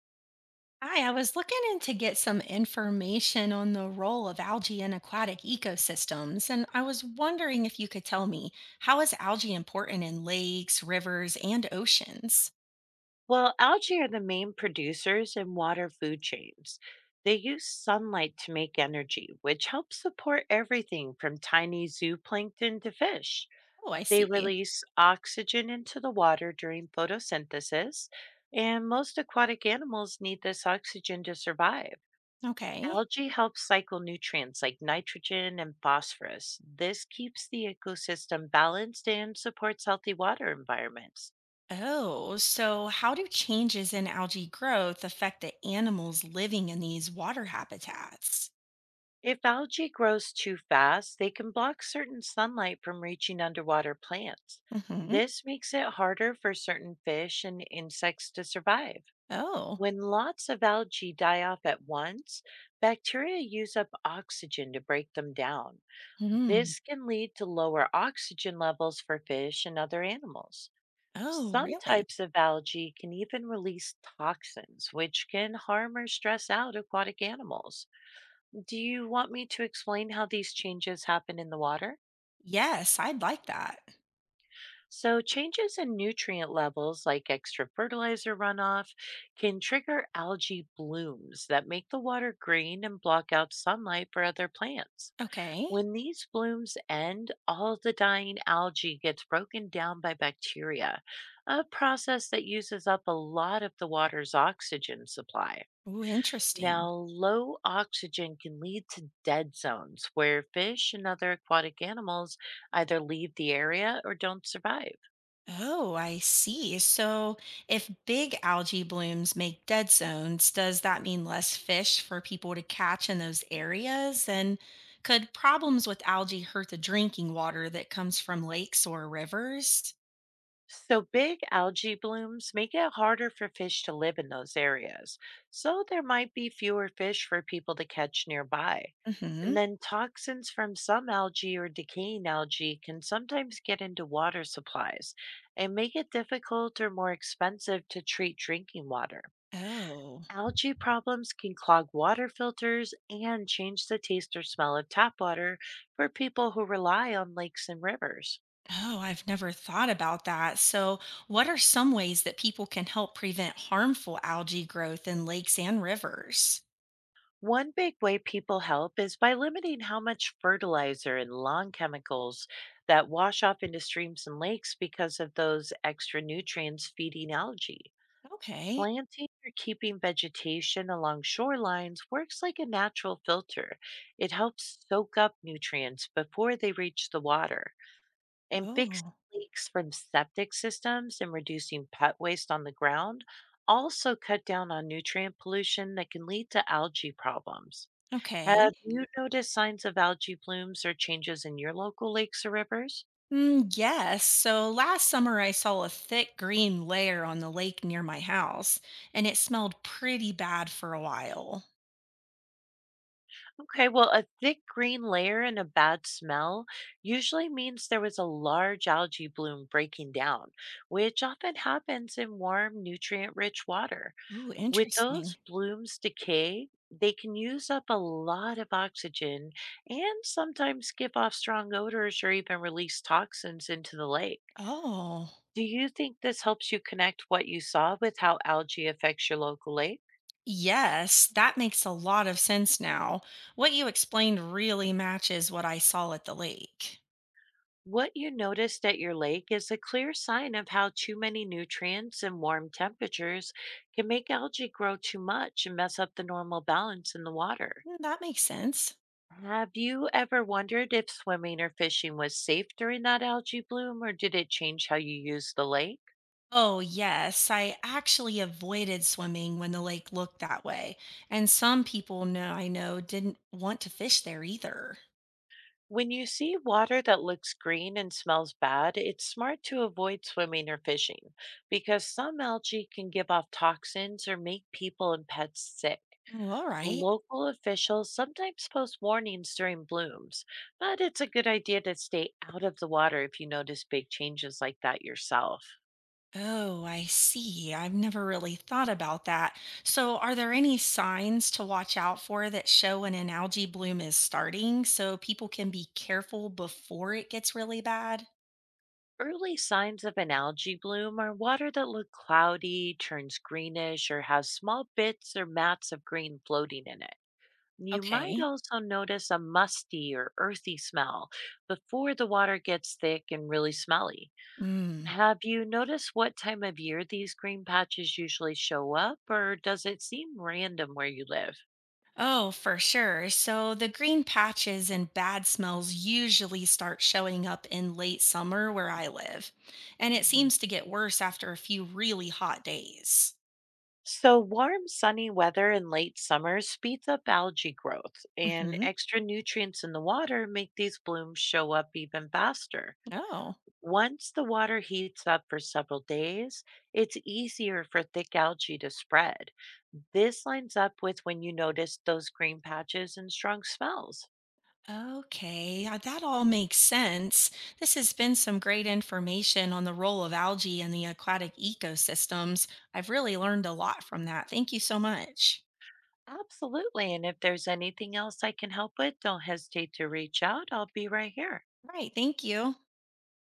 Hi, I was looking in to get some information on the role of algae in aquatic ecosystems, and I was wondering if you could tell me how is algae important in lakes, rivers, and oceans? Well, algae are the main producers in water food chains. They use sunlight to make energy, which helps support everything from tiny zooplankton to fish. Oh, I They see. release oxygen into the water during photosynthesis, and most aquatic animals need this oxygen to survive. Okay. Algae helps cycle nutrients like nitrogen and phosphorus. This keeps the ecosystem balanced and supports healthy water environments. Oh, so how do changes in algae growth affect the animals living in these water habitats? If algae grows too fast, they can block certain sunlight from reaching underwater plants. Mm-hmm. This makes it harder for certain fish and insects to survive. Oh. When lots of algae die off at once, bacteria use up oxygen to break them down. This Hmm. can lead to lower oxygen levels for fish and other animals. Oh, Some really? types of algae can even release toxins, which can harm or stress out aquatic animals. Do you want me to explain how these changes happen in the water? Yes, I'd like that. So, changes in nutrient levels, like extra fertilizer runoff, can trigger algae blooms that make the water green and block out sunlight for other plants. Okay. When these blooms end, all the dying algae gets broken down by bacteria, a process that uses up a lot of the water's oxygen supply. Ooh, Now, interesting. low oxygen can lead to dead zones where fish and other aquatic animals either leave the area or don't survive. Oh, I see. So if big algae blooms make dead zones, does that mean less fish for people to catch in those areas? And could problems with algae hurt the drinking water that comes from lakes or rivers? So, big algae blooms make it harder for fish to live in those areas. So, there might be fewer fish for people to catch nearby. And Mm-hmm. then, toxins from some algae or decaying algae can sometimes get into water supplies and make it difficult or more expensive to treat drinking water. Oh, Algae problems can clog water filters and change the taste or smell of tap water for people who rely on lakes and rivers. oh, I've never thought about that. So what are some ways that people can help prevent harmful algae growth in lakes and rivers? One big way people help is by limiting how much fertilizer and lawn chemicals that wash off into streams and lakes because of those extra nutrients feeding algae. Okay. Planting or keeping vegetation along shorelines works like a natural filter. It helps soak up nutrients before they reach the water, and fixing Oh, leaks from septic systems and reducing pet waste on the ground also cut down on nutrient pollution that can lead to algae problems. okay. Have you noticed signs of algae blooms or changes in your local lakes or rivers? Mm, yes. So last summer, I saw a thick green layer on the lake near my house, and it smelled pretty bad for a while. Okay, well, a thick green layer and a bad smell usually means there was a large algae bloom breaking down, which often happens in warm, nutrient rich water. Ooh, With interesting. those blooms decay, they can use up a lot of oxygen and sometimes give off strong odors or even release toxins into the lake. Oh, Do you think this helps you connect what you saw with how algae affects your local lake? yes. That makes a lot of sense now. What you explained really matches what I saw at the lake. What you noticed at your lake is a clear sign of how too many nutrients and warm temperatures can make algae grow too much and mess up the normal balance in the water. Mm, that makes sense. Have you ever wondered if swimming or fishing was safe during that algae bloom, or did it change how you use the lake? Oh, yes. I actually avoided swimming when the lake looked that way. And some people know I know didn't want to fish there either. When you see water that looks green and smells bad, it's smart to avoid swimming or fishing because some algae can give off toxins or make people and pets sick. Oh, all right. Local officials sometimes post warnings during blooms, but it's a good idea to stay out of the water if you notice big changes like that yourself. Oh, I see. I've never really thought about that. So, are there any signs to watch out for that show when an algae bloom is starting so people can be careful before it gets really bad? Early signs of an algae bloom are water that look cloudy, turns greenish, or has small bits or mats of green floating in it. You might Okay. also notice a musty or earthy smell before the water gets thick and really smelly. Mm. Have you noticed what time of year these green patches usually show up, or does it seem random where you live? Oh, for sure. So the green patches and bad smells usually start showing up in late summer where I live. And it seems to get worse after a few really hot days. So, warm, sunny weather in late summer speeds up algae growth, and Hmm. extra nutrients in the water make these blooms show up even faster. Oh. Once the water heats up for several days, it's easier for thick algae to spread. This lines up with when you notice those green patches and strong smells. Okay, yeah, that all makes sense. This has been some great information on the role of algae in the aquatic ecosystems. I've really learned a lot from that. Thank you so much. Absolutely. And if there's anything else I can help with, don't hesitate to reach out. I'll be right here. Right, thank you.